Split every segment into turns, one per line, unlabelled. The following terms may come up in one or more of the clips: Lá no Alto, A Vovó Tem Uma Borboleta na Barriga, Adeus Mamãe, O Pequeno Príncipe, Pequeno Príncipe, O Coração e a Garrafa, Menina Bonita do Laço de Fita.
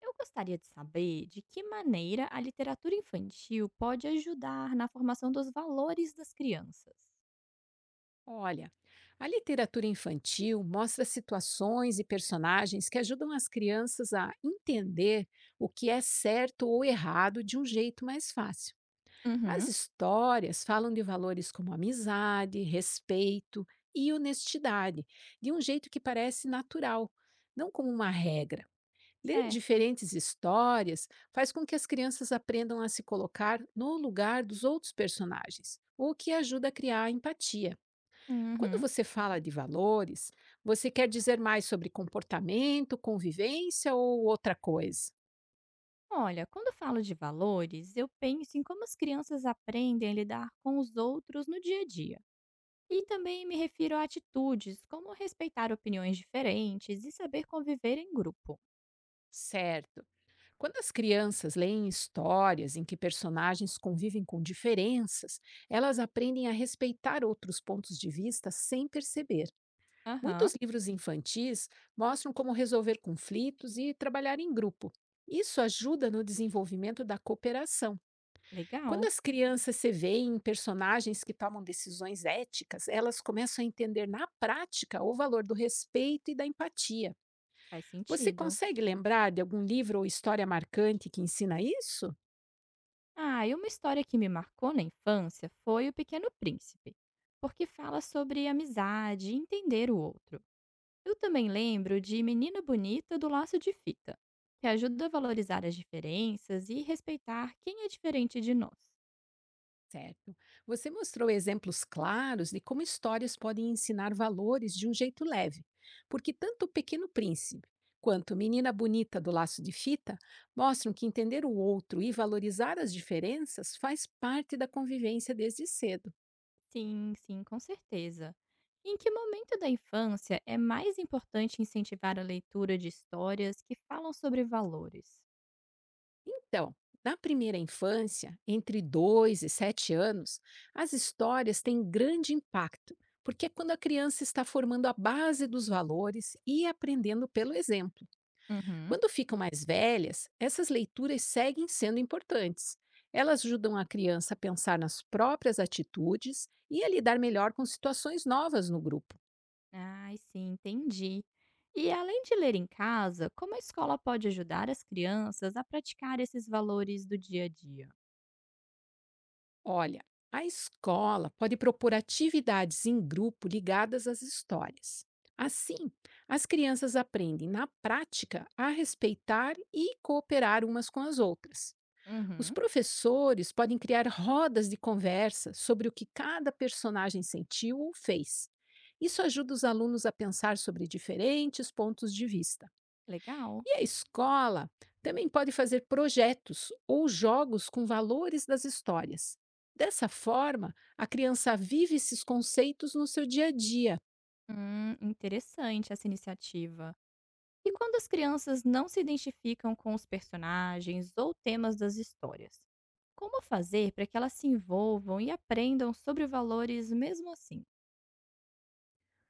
Eu gostaria de saber de que maneira a literatura infantil pode ajudar na formação dos valores das crianças.
Olha, a literatura infantil mostra situações e personagens que ajudam as crianças a entender o que é certo ou errado de um jeito mais fácil. As
Uhum.
histórias falam de valores como amizade, respeito e honestidade, de um jeito que parece natural, não como uma regra. Ler
Certo?
diferentes histórias faz com que as crianças aprendam a se colocar no lugar dos outros personagens, o que ajuda a criar empatia. Quando
Uhum.
você fala de valores, você quer dizer mais sobre comportamento, convivência ou outra coisa?
Olha, quando eu falo de valores, eu penso em como as crianças aprendem a lidar com os outros no dia a dia. E também me refiro a atitudes, como respeitar opiniões diferentes e saber conviver em grupo.
Certo. Quando as crianças leem histórias em que personagens convivem com diferenças, elas aprendem a respeitar outros pontos de vista sem perceber.
Aham.
Muitos livros infantis mostram como resolver conflitos e trabalhar em grupo. Isso ajuda no desenvolvimento da cooperação. Quando
Legal,
as crianças se veem em personagens que tomam decisões éticas, elas começam a entender na prática o valor do respeito e da empatia.
faz
Você
sentido.
consegue lembrar de algum livro ou história marcante que ensina isso?
Ah, e uma história que me marcou na infância foi O Pequeno Príncipe, porque fala sobre amizade e entender o outro. Eu também lembro de Menina Bonita do Laço de Fita, que ajuda a valorizar as diferenças e respeitar quem é diferente de nós.
Certo. Você mostrou exemplos claros de como histórias podem ensinar valores de um jeito leve, porque tanto o Pequeno Príncipe quanto Menina Bonita do Laço de Fita mostram que entender o outro e valorizar as diferenças faz parte da convivência desde cedo.
Sim, sim, com certeza. Em que momento da infância é mais importante incentivar a leitura de histórias que falam sobre valores?
Então, na primeira infância, entre 2 e 7 anos, as histórias têm grande impacto, porque é quando a criança está formando a base dos valores e aprendendo pelo exemplo.
Uhum.
Quando ficam mais velhas, essas leituras seguem sendo importantes. Elas ajudam a criança a pensar nas próprias atitudes e a lidar melhor com situações novas no grupo.
Ai, sim, entendi. E além de ler em casa, como a escola pode ajudar as crianças a praticar esses valores do dia a dia?
Olha, a escola pode propor atividades em grupo ligadas às histórias. Assim, as crianças aprendem na prática a respeitar e cooperar umas com as outras. Os
Uhum.
professores podem criar rodas de conversa sobre o que cada personagem sentiu ou fez. Isso ajuda os alunos a pensar sobre diferentes pontos de vista.
Legal.
E a escola também pode fazer projetos ou jogos com valores das histórias. Dessa forma, a criança vive esses conceitos no seu dia a dia.
Interessante essa iniciativa. E quando as crianças não se identificam com os personagens ou temas das histórias? Como fazer para que elas se envolvam e aprendam sobre valores mesmo assim?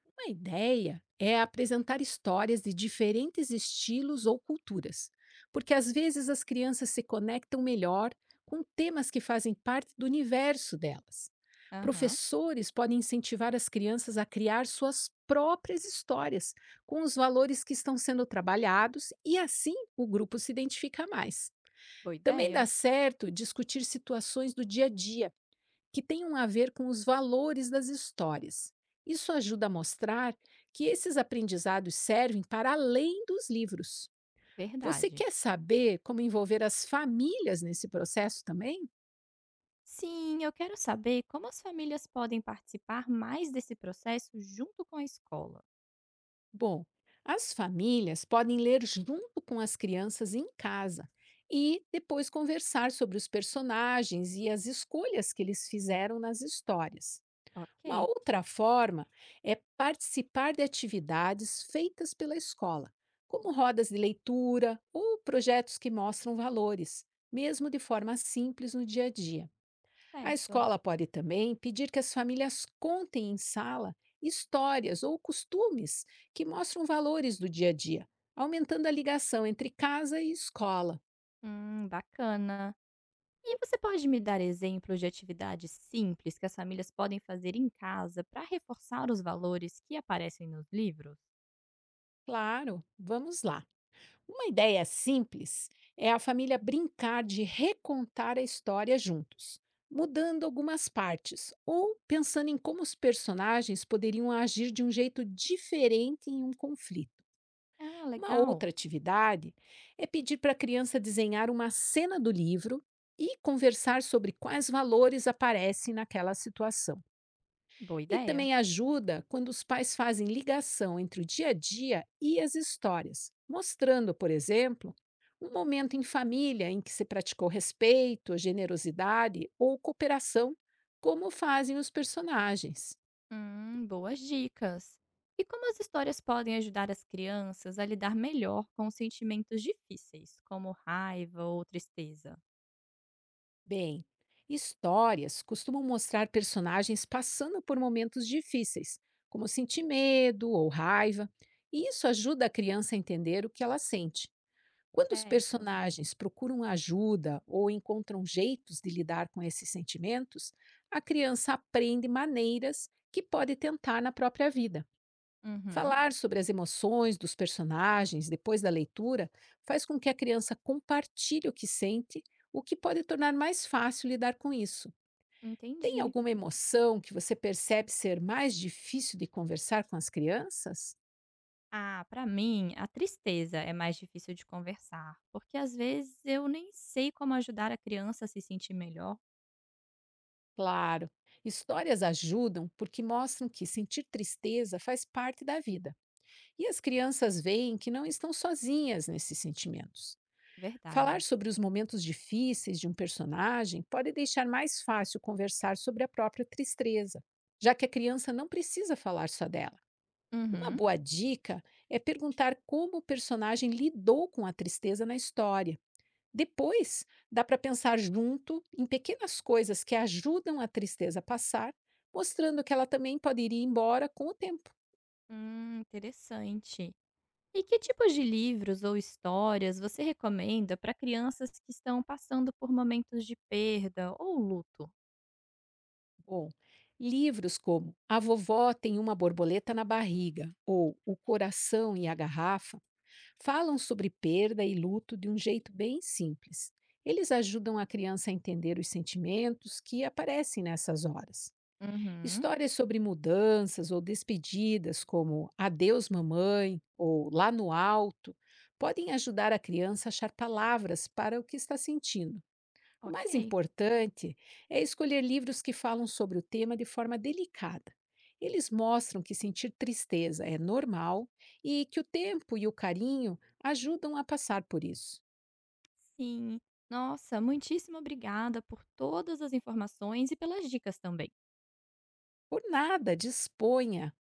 Uma ideia é apresentar histórias de diferentes estilos ou culturas, porque às vezes as crianças se conectam melhor com temas que fazem parte do universo delas.
Aham,
Professores podem incentivar as crianças a criar suas próprias histórias com os valores que estão sendo trabalhados e assim o grupo se identifica mais.
boa
Também dá
ideia.
certo discutir situações do dia a dia que tenham a ver com os valores das histórias. Isso ajuda a mostrar que esses aprendizados servem para além dos livros. Você
Verdade.
quer saber como envolver as famílias nesse processo também?
Sim, eu quero saber como as famílias podem participar mais desse processo junto com a escola.
Bom, as famílias podem ler junto com as crianças em casa e depois conversar sobre os personagens e as escolhas que eles fizeram nas histórias. Uma
Ok,
outra forma é participar de atividades feitas pela escola, como rodas de leitura ou projetos que mostram valores, mesmo de forma simples no dia a dia. A
certo.
escola pode também pedir que as famílias contem em sala histórias ou costumes que mostram valores do dia a dia, aumentando a ligação entre casa e escola.
Bacana. E você pode me dar exemplos de atividades simples que as famílias podem fazer em casa para reforçar os valores que aparecem nos livros?
Claro, vamos lá. Uma ideia simples é a família brincar de recontar a história juntos, mudando algumas partes ou pensando em como os personagens poderiam agir de um jeito diferente em um conflito.
Ah,
Uma outra
legal.
atividade é pedir para a criança desenhar uma cena do livro e conversar sobre quais valores aparecem naquela situação.
Boa
E
ideia.
também ajuda quando os pais fazem ligação entre o dia a dia e as histórias, mostrando, por exemplo, um momento em família em que se praticou respeito, generosidade ou cooperação, como fazem os personagens.
Boas dicas. E como as histórias podem ajudar as crianças a lidar melhor com os sentimentos difíceis, como raiva ou tristeza?
Bem, histórias costumam mostrar personagens passando por momentos difíceis, como sentir medo ou raiva, e isso ajuda a criança a entender o que ela sente. Quando os
Certo.
personagens procuram ajuda ou encontram jeitos de lidar com esses sentimentos, a criança aprende maneiras que pode tentar na própria vida.
Uhum,
Falar sobre as emoções dos personagens depois da leitura faz com que a criança compartilhe o que sente, o que pode tornar mais fácil lidar com isso. Tem
entendi.
alguma emoção que você percebe ser mais difícil de conversar com as crianças?
Ah, pra mim, a tristeza é mais difícil de conversar, porque às vezes eu nem sei como ajudar a criança a se sentir melhor.
Claro. Histórias ajudam porque mostram que sentir tristeza faz parte da vida. E as crianças veem que não estão sozinhas nesses sentimentos. Falar
Verdade.
sobre os momentos difíceis de um personagem pode deixar mais fácil conversar sobre a própria tristeza, já que a criança não precisa falar só dela. Uma
Uhum.
boa dica é perguntar como o personagem lidou com a tristeza na história depois, dá para pensar junto em pequenas coisas que ajudam a tristeza a passar, mostrando que ela também pode ir embora com o tempo.
Interessante. E que tipos de livros ou histórias você recomenda para crianças que estão passando por momentos de perda ou luto?
Bom, livros como A Vovó Tem Uma Borboleta na Barriga ou O Coração e a Garrafa falam sobre perda e luto de um jeito bem simples. Eles ajudam a criança a entender os sentimentos que aparecem nessas horas.
Uhum.
Histórias sobre mudanças ou despedidas, como Adeus Mamãe ou Lá no Alto, podem ajudar a criança a achar palavras para o que está sentindo. O mais
Ok.
importante é escolher livros que falam sobre o tema de forma delicada. Eles mostram que sentir tristeza é normal e que o tempo e o carinho ajudam a passar por isso.
Sim. Nossa, muitíssimo obrigada por todas as informações e pelas dicas também.
Por nada, disponha.